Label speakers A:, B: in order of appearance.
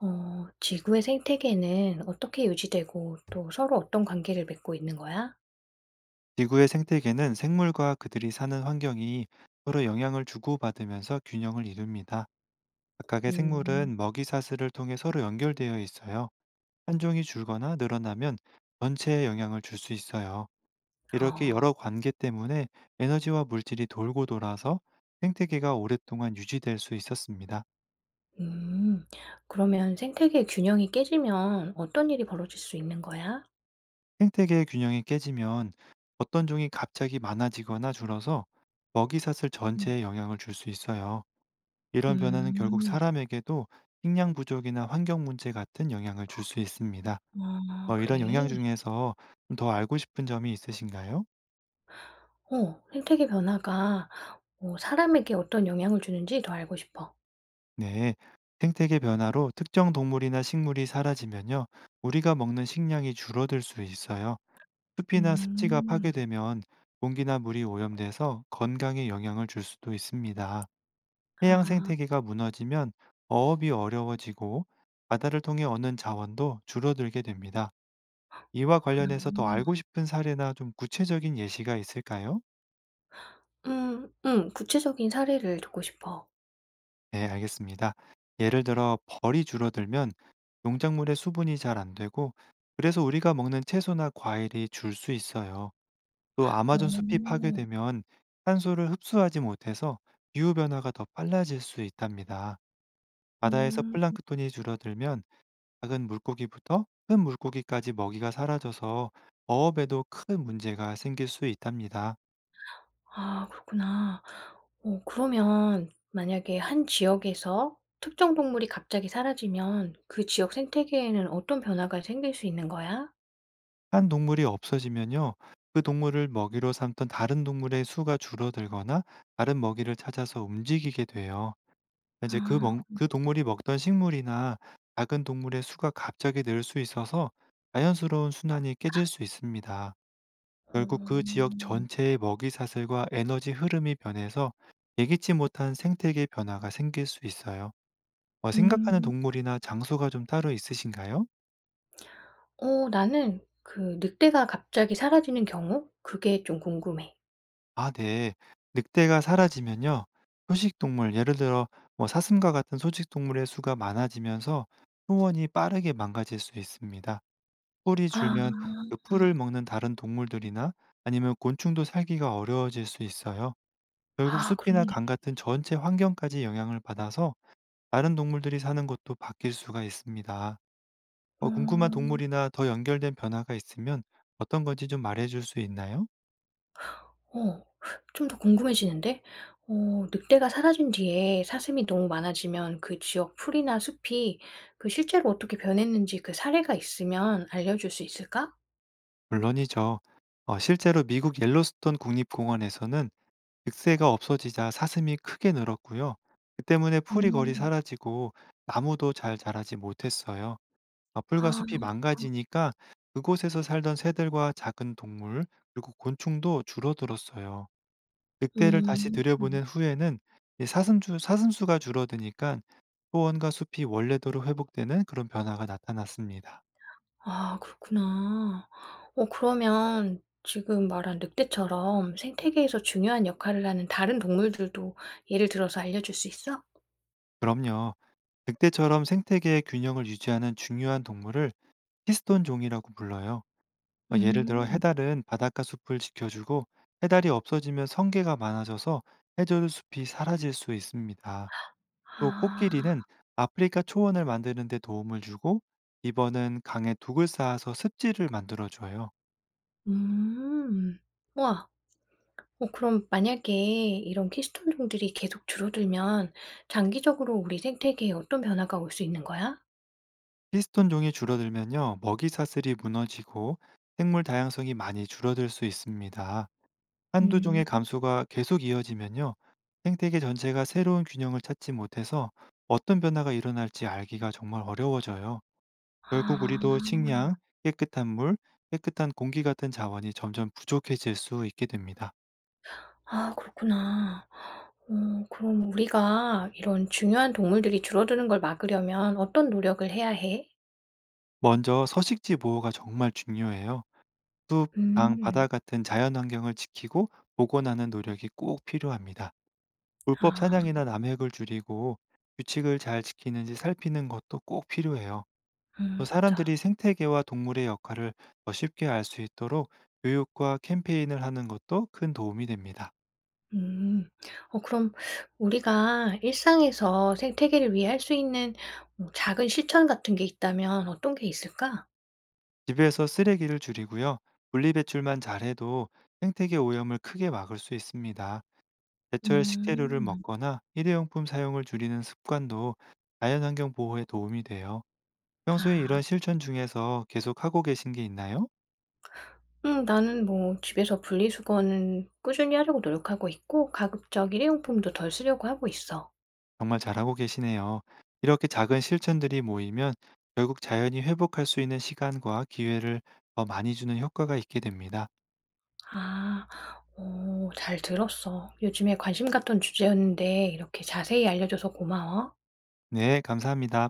A: 어, 지구의 생태계는 어떻게 유지되고 또 서로 어떤 관계를 맺고 있는 거야?
B: 지구의 생태계는 생물과 그들이 사는 환경이 서로 영향을 주고받으면서 균형을 이룹니다. 각각의
A: 음,
B: 생물은 먹이 사슬을 통해 서로 연결되어 있어요. 한 종이 줄거나 늘어나면 전체에 영향을 줄 수 있어요. 이렇게
A: 어,
B: 여러 관계 때문에 에너지와 물질이 돌고 돌아서 생태계가 오랫동안 유지될 수 있었습니다.
A: 음. 그러면 생태계 균형이 깨지면 어떤 일이 벌어질 수 있는 거야?
B: 생태계의 균형이 깨지면 어떤 종이 갑자기 많아지거나 줄어서 먹이 사슬
A: 음,
B: 전체에 영향을 줄 수 있어요. 이런 변화는 결국
A: 음.
B: 사람에게도 식량 부족이나 환경 문제 같은 영향을 줄 수 있습니다.
A: 아,
B: 뭐 이런 영향
A: 그래.
B: 중에서 좀 더 알고 싶은 점이 있으신가요?
A: 어, 생태계 변화가 어, 사람에게 어떤 영향을 주는지 더 알고 싶어.
B: 네. 생태계 변화로 특정 동물이나 식물이 사라지면요. 우리가 먹는 식량이 줄어들 수 있어요. 숲이나 습지가
A: 음,
B: 파괴되면 공기나 물이 오염돼서 건강에 영향을 줄 수도 있습니다. 해양
A: 아,
B: 생태계가 무너지면 어업이 어려워지고 바다를 통해 얻는 자원도 줄어들게 됩니다. 이와
A: 그렇구나.
B: 관련해서 더 알고 싶은 사례나 좀 구체적인 예시가 있을까요?
A: 구체적인 사례를 듣고 싶어.
B: 네, 알겠습니다. 예를 들어 벌이 줄어들면 농작물의 수분이 잘 안 되고, 그래서 우리가 먹는 채소나 과일이 줄 수 있어요. 또 아마존 숲이
A: 어,
B: 파괴되면 탄소를 흡수하지 못해서 기후 변화가 더 빨라질 수 있답니다. 바다에서
A: 음.
B: 플랑크톤이 줄어들면 작은 물고기부터 큰 물고기까지 먹이가 사라져서 어업에도 큰 문제가 생길 수 있답니다.
A: 아, 그렇구나. 어, 그러면 만약에 한 지역에서 특정 동물이 갑자기 사라지면 그 지역 생태계에는 어떤 변화가 생길 수 있는 거야?
B: 한 동물이 없어지면요. 그 동물을 먹이로 삼던 다른 동물의 수가 줄어들거나 다른 먹이를 찾아서 움직이게 돼요. 이제 그
A: 아.
B: 먹 그 동물이 먹던 식물이나 작은 동물의 수가 갑자기 늘 수 있어서 자연스러운 순환이 깨질 수 있습니다. 결국 그
A: 어.
B: 지역 전체의 먹이 사슬과 에너지 흐름이 변해서 예기치 못한 생태계 변화가 생길 수 있어요. 어, 생각하는
A: 음.
B: 동물이나 장소가 좀 따로 있으신가요?
A: 어, 나는 그 늑대가 갑자기 사라지는 경우? 그게 좀 궁금해.
B: 아, 네. 늑대가 사라지면요. 초식 동물, 예를 들어 뭐 사슴과 같은 소식 동물의 수가 많아지면서 초원이 빠르게 망가질 수 있습니다. 풀이
A: 아.
B: 줄면 그 풀을 먹는 다른 동물들이나 아니면 곤충도 살기가 어려워질 수 있어요. 결국
A: 아,
B: 숲이나
A: 그러네.
B: 강 같은 전체 환경까지 영향을 받아서 다른 동물들이 사는 곳도 바뀔 수가 있습니다. 어, 궁금한
A: 음.
B: 동물이나 더 연결된 변화가 있으면 어떤 건지 좀 말해 줄 수 있나요?
A: 어. 좀 더 궁금해지는데? 어, 늑대가 사라진 뒤에 사슴이 너무 많아지면 그 지역 풀이나 숲이 그 실제로 어떻게 변했는지 그 사례가 있으면 알려줄 수 있을까?
B: 물론이죠. 실제로 미국 옐로스톤 국립공원에서는 늑새가 없어지자 사슴이 크게 늘었고요. 그 때문에 풀이 거리
A: 음.
B: 사라지고 나무도 잘 자라지 못했어요. 아, 풀과
A: 아.
B: 숲이 망가지니까 그곳에서 살던 새들과 작은 동물 그리고 곤충도 줄어들었어요. 늑대를 다시
A: 음. 음.
B: 들여보낸 후에는 사슴수가 줄어드니까 소원과 숲이 원래대로 회복되는 그런 변화가 나타났습니다.
A: 아, 그렇구나. 어, 그러면 지금 말한 늑대처럼 생태계에서 중요한 역할을 하는 다른 동물들도 예를 들어서 알려줄 수 있어?
B: 그럼요. 늑대처럼 생태계의 균형을 유지하는 중요한 동물을 히스톤 종이라고 불러요. 예를 들어
A: 음.
B: 해달은 바닷가 숲을 지켜주고, 해달이 없어지면 성게가 많아져서 해저류 숲이 사라질 수 있습니다. 또
A: 아.
B: 코끼리는 아프리카 초원을 만드는 데 도움을 주고, 이버는 강에 둑을 쌓아서 습지를 만들어줘요.
A: 음. 우와. 어, 그럼 만약에 이런 키스톤 종들이 계속 줄어들면 장기적으로 우리 생태계에 어떤 변화가 올 수 있는 거야?
B: 히스톤 종이 줄어들면요, 먹이 사슬이 무너지고 생물 다양성이 많이 줄어들 수 있습니다. 한두
A: 음.
B: 종의 감소가 계속 이어지면요. 생태계 전체가 새로운 균형을 찾지 못해서 어떤 변화가 일어날지 알기가 정말 어려워져요. 결국
A: 아.
B: 우리도 식량, 깨끗한 물, 깨끗한 공기 같은 자원이 점점 부족해질 수 있게 됩니다.
A: 아, 그렇구나. 어, 그럼 우리가 이런 중요한 동물들이 줄어드는 걸 막으려면 어떤 노력을 해야 해?
B: 먼저 서식지 보호가 정말 중요해요. 숲, 강,
A: 음.
B: 바다 같은 자연 환경을 지키고 복원하는 노력이 꼭 필요합니다. 불법
A: 아,
B: 사냥이나 남획을 줄이고 규칙을 잘 지키는지 살피는 것도 꼭 필요해요. 또
A: 음, 맞아.
B: 사람들이 생태계와 동물의 역할을 더 쉽게 알 수 있도록 교육과 캠페인을 하는 것도 큰 도움이 됩니다.
A: 음. 어, 그럼 우리가 일상에서 생태계를 위해 할 수 있는 뭐 작은 실천 같은 게 있다면 어떤 게 있을까?
B: 집에서 쓰레기를 줄이고요. 분리배출만 잘해도 생태계 오염을 크게 막을 수 있습니다. 제철 식재료를
A: 음.
B: 먹거나 일회용품 사용을 줄이는 습관도 자연환경 보호에 도움이 돼요. 평소에
A: 아.
B: 이런 실천 중에서 계속 하고 계신 게 있나요?
A: 음, 나는 뭐 집에서 분리수거는 꾸준히 하려고 노력하고 있고 가급적 일회용품도 덜 쓰려고 하고 있어.
B: 정말 잘하고 계시네요. 이렇게 작은 실천들이 모이면 결국 자연히 회복할 수 있는 시간과 기회를 더 많이 주는 효과가 있게 됩니다.
A: 아. 오, 잘 들었어. 요즘에 관심 갔던 주제였는데 이렇게 자세히 알려줘서 고마워.
B: 네, 감사합니다.